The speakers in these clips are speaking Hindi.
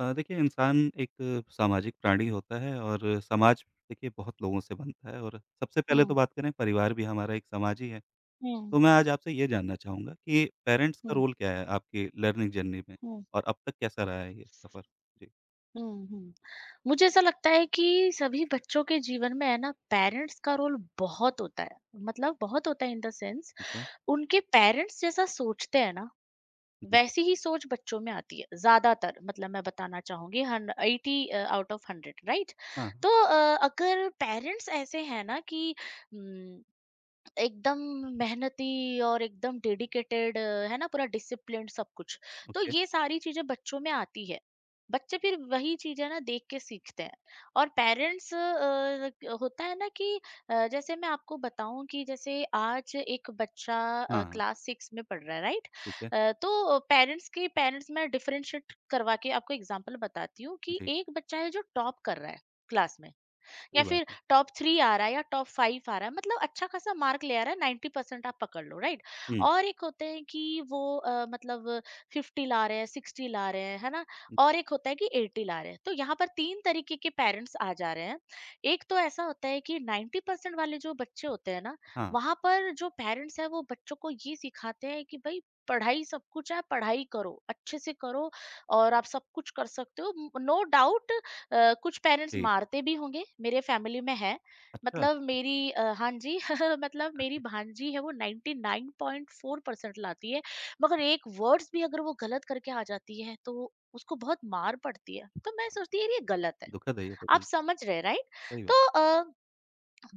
देखिए इंसान एक सामाजिक प्राणी होता है और समाज देखिए बहुत लोगों से बनता है और सबसे पहले हुँ, तो बात करें परिवार भी हमारा एक समाज ही है। हुँ, तो मैं आज आपसे ये जानना चाहूँगा कि पेरेंट्स का हुँ, रोल क्या है आपकी लर्निंग जर्नी में? हुँ, और अब तक कैसा रहा है ये सफ़र? जी। हुँ, हुँ। मुझे ऐसा लगता है कि सभी बच्चों के जीवन में है ना पेरेंट्स का रोल बहुत होता है। मतलब बहुत होता है इन द सेंस ठीक है। उनके पेरेंट्स जैसा सोचते हैं ना, जी। वैसी ही सोच बच्चों में आती है ज़्यादातर। मतलब मैं बताना चाहूँगी हन 80 आउट ऑफ 100, राइट? हाँ। तो अगर पेरेंट्स ऐसे हैं ना कि उम, एकदम मेहनती और एकदम डेडिकेटेड, है ना? पूरा डिसिप्लिन्ड सब कुछ, तो ओके। ये सारी चीजें बच्चों में आती है। बच्चे फिर वही चीजें ना देख के सीखते हैं। और पेरेंट्स होता है ना कि जैसे मैं आपको बताऊं कि जैसे आज एक बच्चा हाँ, हाँ। क्लास सिक्स में पढ़ रहा है, राइट? ठीक है। तो पेरेंट्स के पेरेंट्स मैं डिफरेंशिएट करवा के आपको एग्जांपल बताती हूँ कि जी। एक बच्चा है जो टॉप कर रहा है क्लास में या सही बात फिर है। टॉप थ्री आ रहा है या टॉप फाइव आ रहा है, मतलब अच्छा खासा मार्क ले आ रहा है, 90% आप पकड़ लो राइट। हुँ, और एक होते हैं कि वो मतलब 50 ला रहे हैं, 60 ला रहे हैं, है ना? हुँ, और एक होता है कि 80 ला रहे हैं। तो यहाँ पर तीन तरीके के पेरेंट्स आ जा रहे हैं। एक तो ऐसा होता है कि 90% वाले जो बच्चे होते हैं ना, हाँ, वहां पर जो पेरेंट्स है वो बच्चों को ये सिखाते हैं कि भाई पढ़ाई सब कुछ है, पढ़ाई करो, अच्छे से करो और आप सब कुछ कर सकते हो, नो डाउट। कुछ पेरेंट्स जी। मारते भी होंगे, मेरे फैमिली में है। अच्छा। मतलब मेरी हाँ जी मतलब मेरी भांजी है, वो 99.4% लाती है, मगर एक वर्ड्स भी अगर वो गलत करके आ जाती है तो उसको बहुत मार पड़ती है, तो मैं सोचती है ये गलत है। दुखद है ये तो आप बिल्कुल। समझ रहे राइट? सही बात तो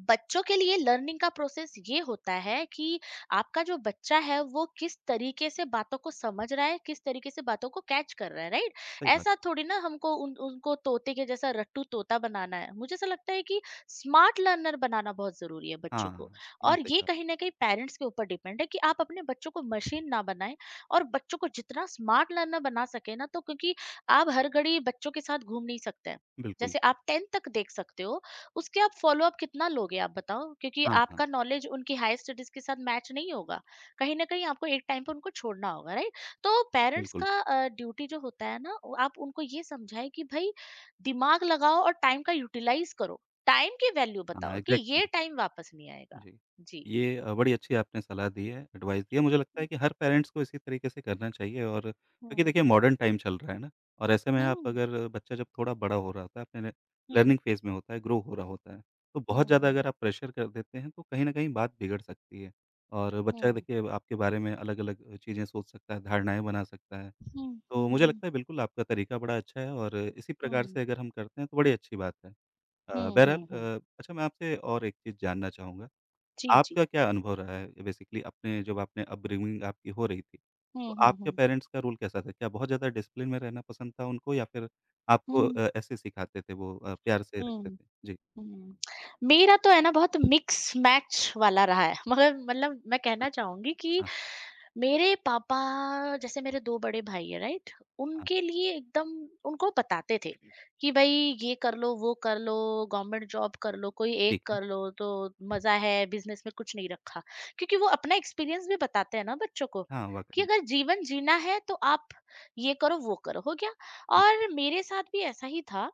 बच्चों के लिए लर्निंग का प्रोसेस ये होता है कि आपका जो बच्चा है वो किस तरीके से बातों को समझ रहा है, किस तरीके से बातों को कैच कर रहा है, राइट? सही बात ऐसा है। थोड़ी ना हमको उन उनको तोते के जैसा रट्टू तोता बनाना है। मुझे ऐसा लगता है कि स्मार्ट लर्नर बनाना बहुत जरूरी है बच्चों को, हाँ, ये और सही ये कहा। कहीं ना कहीं पेरेंट्स के ऊपर डिपेंड है कि आप अपने बच्चों को मशीन ना बनाएं और बच्चों को जितना स्मार्ट लर्नर बना सके ना। तो क्योंकि आप हर घड़ी बच्चों के साथ घूम नहीं सकते हैं, बिल्कुल। जैसे आप टेंथ तक देख सकते हो, उसके आप फ़ॉलो-अप कितना लोगे, आप बताओ? क्योंकि हाँ, हाँ। आपका नॉलेज उनकी हायर स्टडीज़ के साथ मैच नहीं होगा। कहीं न कहीं आपको एक टाइम पे उनको छोड़ना होगा, राइट? तो पेरेंट्स बिल्कुल। का ड्यूटी जो होता है ना, वो आप उनको ये समझाएँ कि भई दिमाग लगाओ और टाइम का यूटिलाइज़ करो। टाइम की वैल्यू हाँ, बताओ कि ये एग्ज़ैक्टली। टाइम वापस नहीं आएगा। जी। जी। ये बड़ी अच्छी आपने सलाह दी है, एडवाइस दी है। मुझे लगता है कि हर पेरेंट्स को इसी तरीके से करना चाहिए और क्योंकि हुँ, देखिए मॉडर्न टाइम चल रहा है ना और ऐसे में हुँ, आप अगर बच्चा जब थोड़ा बड़ा हो रहा होता है, अपने हुँ, लर्निंग फ़ेज़ में होता है, ग्रो हो रहा होता है, तो हुँ, बहुत हुँ, ज़्यादा हुँ, अगर आप प्रेशर कर देते हैं, तो कहीं न कहीं बात बिगड़ सकती है और बच्चा हुँ, देखिए आपके बारे में अलग-अलग चीज़ें सोच सकता है, धारणाएँ बना सकता है। हुँ, हुँ, तो मुझे हुँ, लगता है बिल्कुल आपका तरीका बड़ा अच्छा है और इसी प्रकार हुँ, से अगर हम करते हैं, तो बड़ी अच्छी बात है। हुँ, बहरहाल हुँ, हुँ। अच्छा मैं आपसे और एक चीज़ जानना चाहूँगा। जी, जी। आपका क्या अनुभव रहा है बेसिकली अपने जब आपने अपब्रिंगिंग आपकी हो रही थी, हुँ, तो हुँ, आपके हुँ, पेरेंट्स का रोल कैसा था? क्या बहुत ज़्यादा डिसिप्लिन में रहना पसंद था उनको या फिर आपको हुँ, ऐसे सिखाते थे वो प्यार से रखते हुँ। थे? जी। हुँ। मेरा तो है ना बहुत मिक्स मैच वाला रहा है। मगर मतलब मैं कहना चाहूँगी कि हाँ, मेरे पापा, जैसे मेरे 2 बड़े भाई हैं, राइट? हाँ। उनके लिए एकदम उनको बताते थे कि भई ये कर लो, वो कर लो, गवर्नमेंट जॉब कर लो, कोई एक ठीक है। कर लो तो मज़ा है, बिज़नेस में कुछ नहीं रखा। क्योंकि वो अपना एक्सपीरियंस भी बताते हैं ना बच्चों को हाँ, कि वाक़ई में। अगर जीवन जीना है तो आप ये करो, वो करो, हो गया। हुँ। और मेरे साथ भी ऐसा ही था।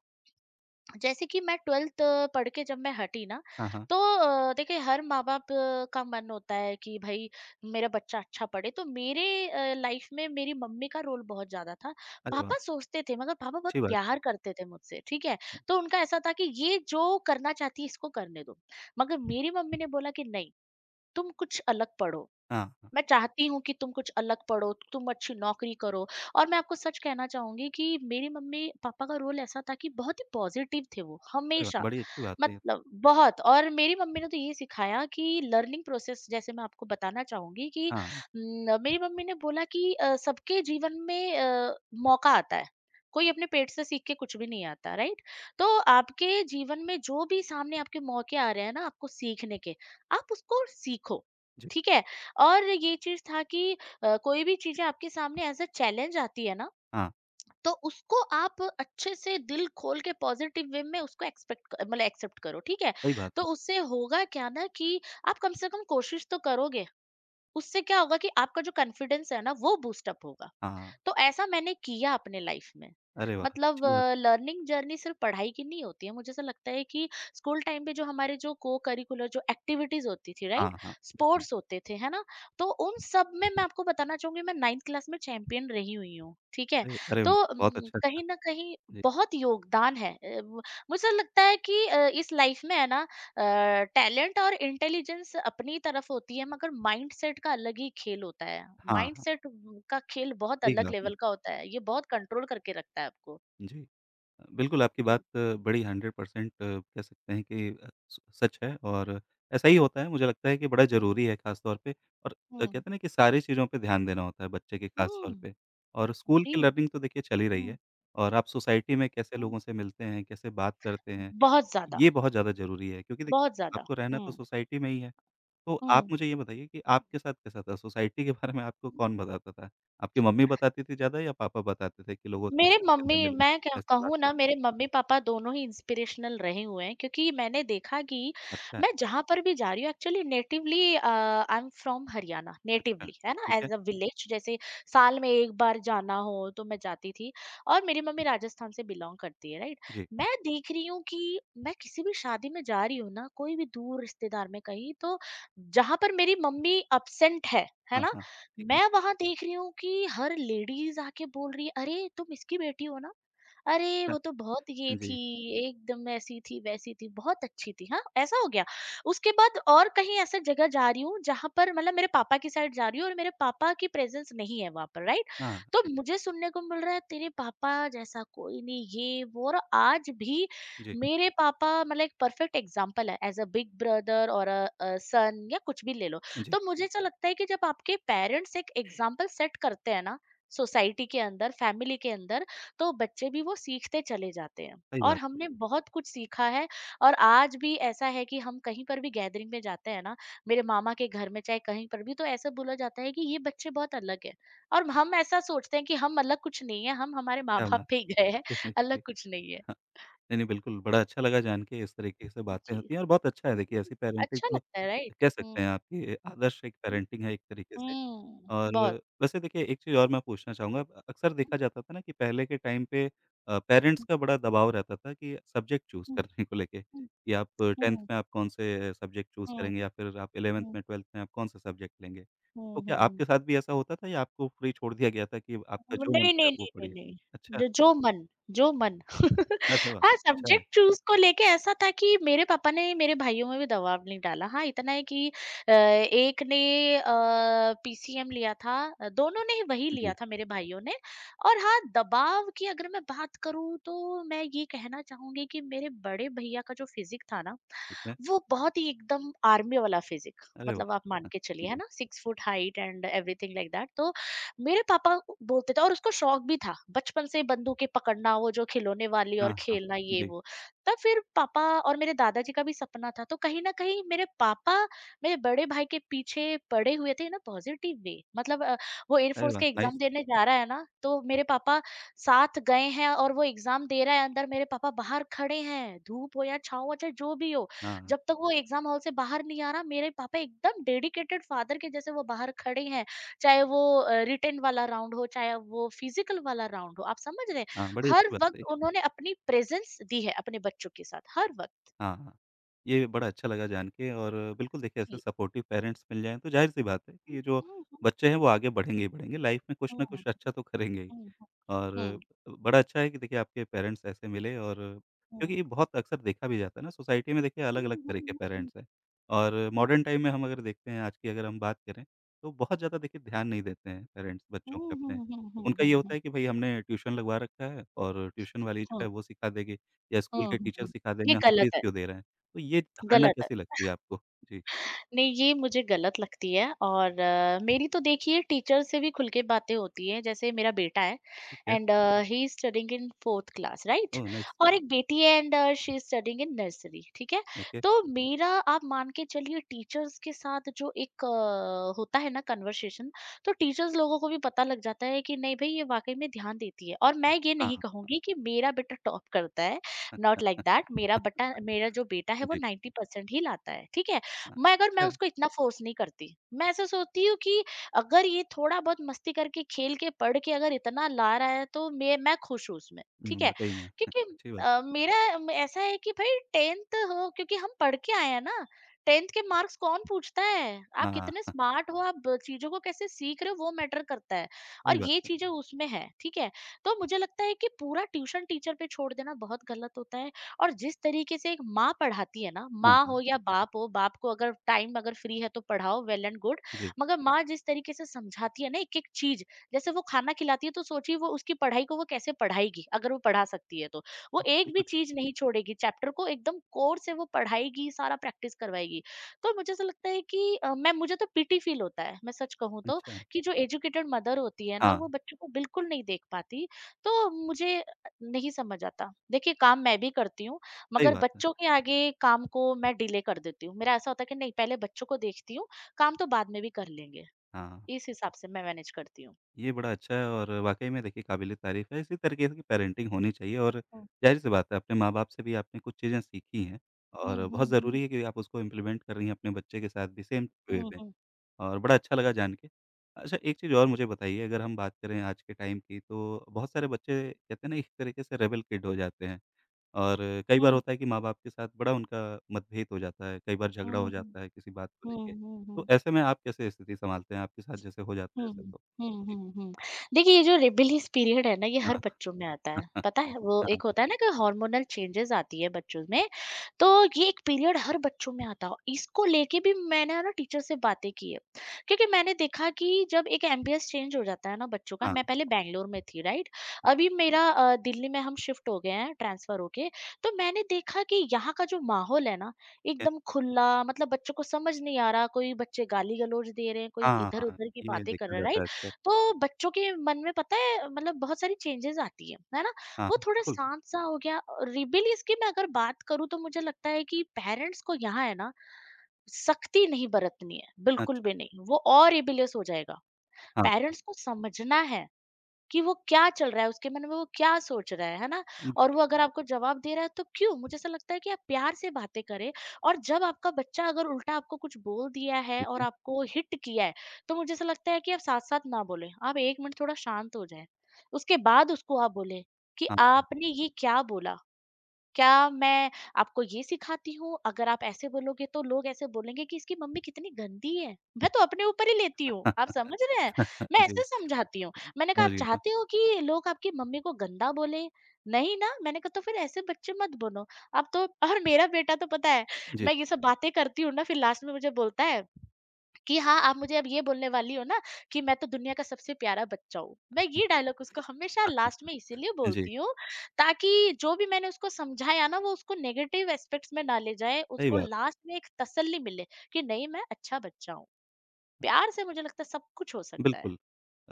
जैसे कि मैं 12th पढ़ के जब मैं हटी ना, हाँ, हाँ। तो देखिए हर माँ बाप का मन होता है कि भाई मेरा बच्चा अच्छा पढ़े। तो मेरे लाइफ में मेरी मम्मी का रोल बहुत ज्यादा था। अरे वाह! पापा सोचते थे, मगर पापा बहुत अच्छी बात है। प्यार करते थे मुझसे, ठीक है? तो उनका ऐसा था कि ये जो करना चाहती है, इसको करने दो। मगर मेरी मम्मी ने बोला कि नहीं, तुम कुछ अलग पढ़ो, हाँ, हाँ। मैं चाहती हूँ कि तुम कुछ अलग पढ़ो, तुम अच्छी नौकरी करो। और मैं आपको सच कहना चाहूँगी कि मेरी मम्मी-पापा का रोल ऐसा था कि बहुत ही पॉज़िटिव थे वो, अरे वाह! हमेशा। बड़ी अच्छी बात है ये तो। मतलब बहुत। और मेरी मम्मी ने तो ये सिखाया कि लर्निंग प्रोसेस, जैसे मैं आपको बताना चाहूँगी कि हाँ, न मेरी मम्मी ने बोला कि सबके जीवन में मौका आता है। कोई अपने पेट से सीख के कुछ भी नहीं आता, राइट? तो आपके जीवन में जो भी सामने आपके मौके आ रहे हैं ना आपको सीखने के, आप उसको सीखो, जी। ठीक है? और ये चीज़ था कि कोई भी चीज़ें आपके सामने एज़ अ चैलेंज आती है ना, हाँ, तो उसको आप अच्छे से दिल खोल के पॉज़िटिव वे में उसको एक्सपेक्ट क मतलब एक्सेप्ट करो, ठीक है? सही बात तो है। उससे होगा क्या ना कि आप कम से कम कोशिश तो करोगे, उससे क्या होगा कि आपका जो कॉन्फिडेंस है ना, वो बूस्ट अप होगा। हाँ, तो ऐसा मैंने किया अपने लाइफ में। अरे वाह! मतलब अच्छी बात है। लर्निंग जर्नी सिर्फ पढ़ाई की नहीं होती है। मुझे ऐसा लगता है कि स्कूल टाइम पे जो हमारे जो को करिकुलर जो एक्टिविटीज होती थी, हाँ, राइट? हाँ। बिल्कुल। स्पोर्ट्स होते थे, है ना? तो उन सब में मैं आपको बताना चाहूंगी, मैं 9वीं क्लास में चैंपियन रही हुई हूँ, ठीक है? अरे अरे तो वाह! बहुत अच्छा था। कहीं ना कहीं जी। बहुत योगदान है। मुझे लगता है कि इस लाइफ में है ना टैलेंट और इंटेलिजेंस अपनी तरफ होती है, मगर माइंडसेट का अलग ही खेल होता है। हाँ, हाँ। माइंडसेट का खेल बहुत सही अलग कहा आपने। लेवल का होता है, ये बहुत कंट्रोल करके रखता है आपको। जी। बिल्कुल, आपकी बात जी। बड़ी 100% कह सकते हैं कि अ, स सच है और ऐसा ही होता है, मुझे लगता है कि बड़ा हम्म। ज़रूरी है ख़ास तौर पे और कहते हम्म। हैं ना कि सारी चीज़ों पे ध्यान देना होता है बच्चे के ख़ास तौर हम्म। पे और स्कूल जी। की लर्निंग तो देखिए चल ही रही हम्म। है और आप सोसाइटी में कैसे हम्म। लोगों से मिलते हैं, कैसे बात करते हैं, बहुत ज्यादा, ये बहुत ज़्यादा ज़रूरी है क्योंकि देखिए बहुत ज्यादा। आपको रहना तो हम्म। सोसाइटी में ही है। तो आप हम्म। मुझे ये बताइए कि आपके साथ कैसा था? सोसाइटी के बारे में आपको कौन बताता था? आपकी मम्मी बताती थी ज़्यादा या पापा बताते थे कि लोगों से इस मेरे तरीके मम्मी, से मिलो, मैं क्या ऐसे बात कहूँ ना, करो? मेरे मम्मी-पापा दोनों ही इंस्पिरेशनल रहे हुए हैं क्योंकि मैंने देखा कि अच्छा। मैं जहाँ पर भी जा रही हूँ, actually natively I am from Haryana अच्छा, नेटिवली, है ना? ठीक है। एज़ अ विलेज, जैसे साल में एक बार जाना हो तो मैं जाती थी। और मेरी मम्मी राजस्थान से बिलॉन्ग करती है, राइट? जी, मैं देख रही हूँ कि मैं किसी भी शादी में जा रही हूँ ना, कोई भी दूर रिश्तेदार में कहीं, तो जहाँ पर मेरी मम्मी एब्सेंट है हाँ, ना? हाँ, ठीक है। मैं वहाँ देख रही हूँ कि हर लेडीज आके बोल रही है, "अरे! तुम इसकी बेटी हो ना? अरे! वो तो बहुत ये अच्छा, थी, जी, एकदम ऐसी थी, वैसी थी, बहुत अच्छी थी। हाँ, ऐसा हो गया।" उसके बाद और कहीं ऐसा जगह जा रही हूँ जहाँ पर मतलब मेरे पापा की साइड जा रही हूँ और मेरे पापा की प्रेज़ेंस नहीं है वहाँ पर, राइट? हाँ, तो जी, मुझे सुनने को मिल रहा है, तेरे पापा जैसा कोई नहीं, ये वो। और आज भी जी, मेरे पापा मतलब एक परफेक्ट एग्ज़ाम्पल है एज़ अ बिग ब्रदर और सन या कुछ भी ले लो। जी, तो मुझे ऐसा लगता है कि जब आपके पेरेंट्स एक एग्ज़ाम्पल सेट करते हैं ना सोसाइटी के अंदर, फैमिली के अंदर, तो बच्चे भी वो सीखते चले जाते हैं। सही और बात है, हमने बहुत कुछ सीखा है, और आज भी ऐसा है कि हम कहीं पर भी गैदरिंग में जाते हैं ना, मेरे मामा के घर में चाहे कहीं पर भी, तो ऐसा बोला जाता है कि ये बच्चे बहुत अलग है। और हम ऐसा सोचते हैं कि हम अलग कुछ नहीं है, हम हमारे माँ क्या बाप बात पे ही गए है। अच्छा हैं, अलग जी, कुछ नहीं है। हाँ, नहीं, नहीं, बिल्कुल, बड़ा अच्छा लगा जान के इस तरीके से बातें जी। होती हैं और बहुत अच्छा है देखिए ऐसी पैरेंटिंग अच्छा तो लगता है, राइट? कह सकते हैं हम्म। आप कि आदर्श एक पैरेंटिंग है एक तरीके से। हम्म, और बहुत। वैसे देखिए एक चीज़ और मैं पूछना चाहूँगा, अक्सर हम्म। देखा जाता था ना कि पहले के टाइम पे पेरेंट्स का बड़ा दबाव रहता था कि सब्जेक्ट चूज़ हम्म। करने को लेके हम्म। कि आप 10th हम्म। में आप कौन से सब्जेक्ट चूज़ हम्म। करेंगे या फिर आप 11th में 12th में आप कौन से सब्जेक्ट लेंगे? हम्म। तो क्या आपके साथ भी ऐसा होता था या आपको फ्री छोड़ दिया गया था कि आपका जो मन नहीं, करे नहीं, आप वो नहीं, नहीं, पढ़िए? नहीं। अच्छा। द जो मन, जो मन। अरे वाह! हाँ, अच्छा है। सब्जेक्ट चूज़ को लेके ऐसा था कि मेरे पापा ने मेरे भाइयों में भी दबाव नहीं डाला। हाँ, इतना है कि एक ने अ, पीसीएम लिया था, दोनों ने ही वही लिया जी। था मेरे भाइयों ने। और हाँ, दबाव की अगर मैं बात करूँ तो मैं ये कहना चाहूँगी कि मेरे बड़े भैया का जो फिज़िक था ना, ठीक है। वो बहुत ही एकदम आर्मी वाला फिज़िक, अरे वाह! मतलब आप मान हाँ, के चलिए, है जी, ना? 6 foot height and everything like that. तो मेरे पापा बोलते थे, और उसको शौक भी था बचपन से बंदूकें पकड़ना, वो जो खिलौने वाली, और हाँ, हाँ। खेलना ये जी। वो। तब फिर पापा और मेरे दादाजी का भी सपना था, तो कहीं ना कहीं मेरे पापा मेरे बड़े भाई के पीछे पड़े हुए थे ना, पॉजिटिव वे, मतलब वो अरे एयरफोर्स वाह! के एग्जाम नाइस। देने जा रहा है ना, तो मेरे पापा साथ गए हैं और वो एग्जाम दे रहा है अंदर, मेरे पापा बाहर खड़े हैं, धूप हो या छाँव हो, चाहे जो भी हो, हाँ, जब तक वो एग्जाम हॉल से बाहर नहीं आ रहा, मेरे पापा एकदम डेडिकेटेड फादर के जैसे वो बाहर खड़े हैं। चाहे वो रिटेन वाला राउंड हो, चाहे वो फिजिकल वाला राउंड हो, आप समझ रहे हैं? हाँ, बड़ी हर अच्छी बात वक़्त है। उन्होंने अपनी प्रेज़ेंस दी है अपने बच्चों के साथ, हर वक़्त। हाँ, हाँ। ये बड़ा अच्छा लगा जान के और बिल्कुल देखिए ऐसे जी। सपोर्टिव पेरेंट्स मिल जाएँ तो ज़ाहिर-सी बात है कि हुँ, ये जो हुँ, हुँ, बच्चे हैं वो आगे बढ़ेंगे ही बढ़ेंगे, लाइफ़ में कुछ हुँ, ना हुँ, कुछ अच्छा तो करेंगे ही। हुँ, हुँ, और बड़ा अच्छा है कि देखिए आपके पेरेंट्स ऐसे मिले और क्योंकि हुँ, ये बहुत अक्सर देखा भी जाता है ना सोसाइटी में देखिए हुँ, अलग-अलग हुँ, तरह हुँ, के हुँ, हुँ, पेरेंट्स हैं और मॉडर्न टाइम में हम अगर देखते हैं आज की अगर हम बात करें, तो बहुत ज़्यादा देखिए ध्यान नहीं देते हैं पेरेंट्स हुँ, बच्चों पे अपने। हुँ, हुँ, हुँ, उनका ये होता हुँ, है कि भई हमने ट्यूशन लगवा रखा है और ट्यूशन वाली जो हुँ, है वो सिखा देगी या स्कूल हुँ, के हुँ, टीचर हुँ। सिखा ये देंगे, हम गलत फीस है, क्यों दे रहे हैं? तो ये धारणा गलत है। कैसी लगती है आपको? जी। नहीं, ये मुझे गलत लगती है और मेरी तो देखिए टीचर से भी खुल के बातें होती हैं। जैसे मेरा बेटा है ठीक है। And he is studying in 4th class right? Oh! Nice. और एक बेटी है and she is studying in nursery, ठीक है? ओके। तो मेरा आप मान के चलिए टीचर्स के साथ जो एक होता है ना कन्वर्सेशन, तो टीचर्स लोगों को भी पता लग जाता है कि नहीं भई ये वाक़ई में ध्यान देती है। और मैं ये नहीं हाँ। कहूँगी कि मेरा बेटा टॉप करता है, नॉट लाइक दैट मेरा बटा मेरा जो बेटा है वो जी। 90% ही लाता है, ठीक है? हाँ, मैं अगर मैं अच्छा। उसको इतना फोर्स नहीं करती। मैं ऐसा सोचती हूँ कि अगर ये थोड़ा बहुत मस्ती करके खेल के पढ़ के अगर इतना ला रहा है तो मैं खुश हूँ उसमें। ठीक हुँ, है वाक़ई में। क्योंकि अच्छी बात है। मेरा ऐसा है कि भाई टेंथ हो क्योंकि हम पढ़ के आए हैं ना। टेंथ के मार्क्स कौन पूछता है? आप हाँ। कितने हाँ। स्मार्ट हो, आप चीजों को कैसे सीख रहे हो वो मैटर करता है। और सही बात ये है। चीजें उसमें है। ठीक है, तो मुझे लगता है कि पूरा ट्यूशन टीचर पे छोड़ देना बहुत गलत होता है। और जिस तरीके से एक माँ पढ़ाती है ना, हाँ, माँ हो हाँ। या बाप हो, बाप को अगर टाइम अगर फ्री है तो पढ़ाओ, वेल एंड गुड। जी, मगर माँ जिस तरीके से समझाती है ना एक एक चीज, जैसे वो खाना खिलाती है तो सोचिए वो उसकी पढ़ाई को वो कैसे पढ़ाएगी। अगर वो पढ़ा सकती है तो वो एक भी बिल्कुल ठीक। चीज नहीं छोड़ेगी, चैप्टर को एकदम कोर से वो पढ़ाएगी, सारा प्रैक्टिस करवाएगी। तो मुझे ऐसा लगता है कि अ, मैं मुझे तो पीटी फील होता है मैं सच कहूँ तो, अच्छा। कि जो एजुकेटेड मदर होती है ना और हाँ, वो बच्चों को बिल्कुल नहीं देख पाती, तो मुझे नहीं समझ आता। देखिए काम मैं भी करती हूँ, सही मगर बात है। बच्चों के आगे काम को मैं डिले कर देती हूँ। मेरा ऐसा होता है कि नहीं, पहले बच्चों को देखती हूँ, काम तो बाद में भी कर लेंगे। हाँ, इस हिसाब से मैं मैनेज करती हूँ। ये बड़ा अच्छा है और वाक़ई में देखिए काबिल-ए-तारीफ़ है, इसी तरीके की पेरेंटिंग होनी चाहिए और हुँ, ज़ाहिर-सी बात है अपने माँ-बाप से भी आपने कुछ चीज़ें सीखी हैं हुँ, और हुँ, बहुत हुँ, ज़रूरी है कि आप उसको इम्प्लीमेंट कर रही हैं अपने बच्चे के साथ भी सेम हुँ, वे हुँ, में हुँ, और बड़ा अच्छा लगा जान के। अच्छा एक चीज़ और मुझे बताइए अगर हम बात करें आज के टाइम की तो बहुत सारे बच्चे कहते हैं ना एक तरीके से रेबेल किड हो जाते हैं। और कई बार हुँ, होता है कि माँ-बाप के साथ बड़ा उनका मतभेद हो जाता है, कई बार झगड़ा हो हुँ, जाता है किसी बात को लेके। हुँ, हुँ, तो हुँ। ऐसे में आप कैसे स्थिति सँभालते हैं? आपके साथ जैसे हो जाता है हुँ, ऐसा हुँ। तो? हुँ, जी। हुँ, हुँ। देखिए ये जो रेबेलियस पीरियड है ना, ये हर हाँ। बच्चों में आता है। पता है वो हाँ, एक होता है ना कि हार्मोनल चेंजेज़ आती है बच्चों में, तो ये एक पीरियड हर बच्चों में आता है। इसको लेके भी मैंने है ना टीचर से बातें की है। क्योंकि मैंने देखा कि जब एक एम्बियंस चेंज हो जाता है ना बच्चों का, हाँ। मैं पहले बैंगलोर में थी राइट? अभी मेरा दिल्ली में हम शिफ्ट हो गए हैं ट्रांसफ़र होके। तो मैंने देखा कि यहाँ का जो माहौल है ना, ए एकदम खुला, मतलब बच्चों को समझ नहीं आ रहा। कोई बच्चे गाली-गलौज दे रहे हैं, कोई हाँ, हाँ। इधर-उधर की ये बातें कर देखा रहा है, जाता राइट? है अक्सर। तो बच्चों के मन में पता है मतलब बहुत सारी चेंजेस आती है ना? हाँ, वो थोड़ा बिल्कुल। शांत सा हो गया। और रिबेलियस की मैं अगर बात करूँ तो मुझे लगता है कि पेरेंट्स को यहाँ है ना, सख्ती नहीं बरतनी है, बिल्कुल अच्छा। भी नहीं। वो और रिबेलियस हो जाएगा। हाँ। पेरेंट्स को समझना है कि वो क्या चल रहा है उसके मन में, वो क्या सोच रहा है ना? जी, और बिल्कुल। वो अगर आपको जवाब दे रहा है तो क्यों? मुझे ऐसा लगता है कि आप प्यार से बातें करें। और जब आपका बच्चा अगर उल्टा आपको कुछ बोल दिया है ठीक और है। आपको हिट किया है, तो मुझे ऐसा लगता है कि आप साथ-साथ ना बोलें। आप 1 मिनट थोड़ा शांत हो जाएँ। उसके बाद उसको आप बोलें कि हाँ, हाँ। आपने ये क्या बोला? क्या मैं आपको ये सिखाती हूँ? अगर आप ऐसे बोलोगे तो लोग ऐसे बोलेंगे कि इसकी मम्मी कितनी गंदी है। मैं तो अपने ऊपर ही लेती हूँ, आप समझ रहे हैं? मैं जी, ऐसे समझाती हूँ। मैंने कहा समझ आप गया मैं। चाहते हो कि लोग आपकी मम्मी को गंदा बोले? नहीं ना? मैंने कहा तो फिर ऐसे बच्चे मत बनो। आप तो, और मेरा बेटा तो पता है, जी, मैं ये सब बातें करती हूँ ना फिर लास्ट में मुझे बोलता है कि हाँ, आप मुझे अब ये बोलने वाली हो ना कि मैं तो दुनिया का सबसे प्यारा बच्चा हूँ। मैं ये डायलॉग उसको हमेशा हाँ, लास्ट में इसीलिए जी। बोलती हूँ ताकि जो भी मैंने उसको समझाया ना वो उसको नेगेटिव एस्पेक्ट्स में ना ले जाए, सही उसको बात। लास्ट में एक तसल्ली मिले कि नहीं मैं अच्छा बच्चा हूँ। प्यार से मुझे लगता है सब कुछ हो सकता है। बिल्कुल।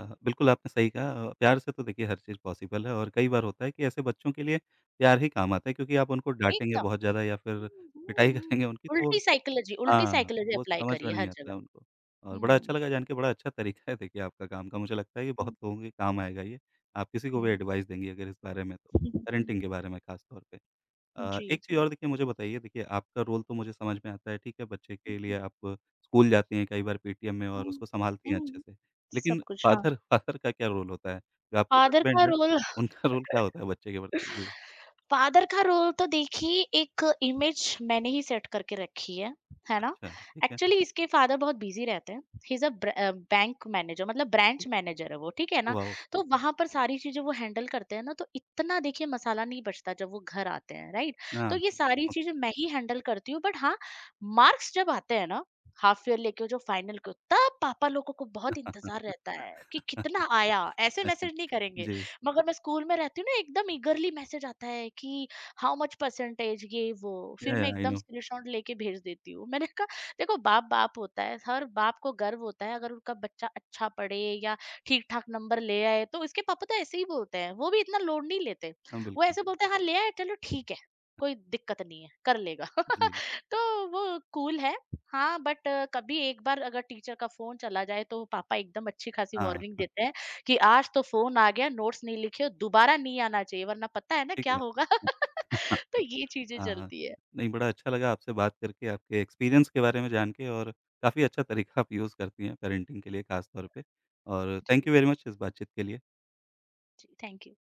बिल्कुल आपने सही कहा प्यार से तो देखिए हर चीज़ पॉसिबल है और कई बार होता है कि ऐसे बच्चों के लिए प्यार ही काम आता है क्योंकि आप उनको डाँटेंगे एकदम। बहुत ज़्यादा या फिर हुँ, हुँ, पिटाई हुँ। करेंगे उनकी तो वो उल्टी साइकोलॉजी उल्टी हाँ, साइकोलॉजी वो अप्लाई समझ में करिए नहीं हर आता जगह। है उनको और बड़ा हुँ, अच्छा लगा जान के, बड़ा अच्छा तरीका है देखिए आपका काम का, मुझे लगता है कि हुँ, बहुत लोगों के काम आएगा ये। आप किसी को भी हुँ। एडवाइस देंगी अगर इस बारे में तो, पेरेंटिंग के बारे में ख़ास तौर पे। जी, एक चीज़ जी। और देखिए मुझे बताइए, देखिए आपका रोल तो मुझे समझ में आता है, ठीक है, बच्चे हुँ, के हुँ। लिए आप स्कूल जाती हैं कई बार पीटीएम में और हुँ, उसको सँभालती हैं अच्छे हुँ। से। सब लेकिन कुछ, हाँ। फ़ादर फ़ादर का क्या रोल होता है? जो आपके फादर का हस्बैंड हैं, रोल उनका रोल क्या होता है बच्चे के प्रति? जी। फादर का रोल तो देखिए, एक इमेज मैंने ही सेट करके रखी है ना? अच्छा, ठीक है। एक्चुअली इसके फादर बहुत बिज़ी रहते हैं, he is a bank manager, मतलब ब्रांच मैनेजर है वो, ठीक है ना? वाओ! तो वहाँ पर सारी चीज़ें वो हैंडल करते हैं ना, तो इतना देखिए मसाला नहीं बचता जब वो घर आते हैं, राइट? हाँ, तो ये सारी हाँ। चीज़ें मैं ही हैंडल करती हूँ। बट हाँ, मार्क्स जब आते हैं ना, हाफ ईयरली के जो फाइनल के, तब पापा लोगों को बहुत इंतज़ार रहता है कि कितना आया? ऐसे मैसेज नहीं करेंगे, जी। मगर मैं स्कूल में रहती हूँ ना, एकदम ईगरली मैसेज आता है कि हाउ मच परसेंटेज, ये वो। फिर या, मैं आई एकदम नो। स्क्रीनशॉट लेके भेज देती हूँ। मैंने कहा देखो, बाप बाप होता है, हर बाप को गर्व होता है अगर उनका बच्चा अच्छा पढ़े या ठीक ठाक नंबर ले आए। तो इसके पापा तो ऐसे ही बोलते हैं, वो भी इतना लोड नहीं लेते। हाँ, वो बिल्कुल। ऐसे बोलते हैं हाँ ले आए, चलो ठीक है, कोई दिक्कत नहीं है, कर लेगा। जी। तो वो कूल है, हाँ। बट कभी एक बार अगर टीचर का फोन चला जाए तो पापा एकदम अच्छी खासी हाँ, वार्निंग हाँ, देते हैं कि आज तो फ़ोन आ गया, नोट्स नहीं लिखे, दोबारा नहीं आना चाहिए वरना पता है ना ठीक क्या बात होगा? है। तो ये चीज़ें हाँ, चलती है। नहीं बड़ा अच्छा लगा आपसे बात करके, आपके एक्सपीरियंस के बारे में जान के और काफ़ी अच्छा तरीका आप यूज़ करती हैं पेरेंटिंग के लिए ख़ास तौर पे और थैंक जी, यू वेरी मच इस बातचीत के लिए। जी, थैंक यू।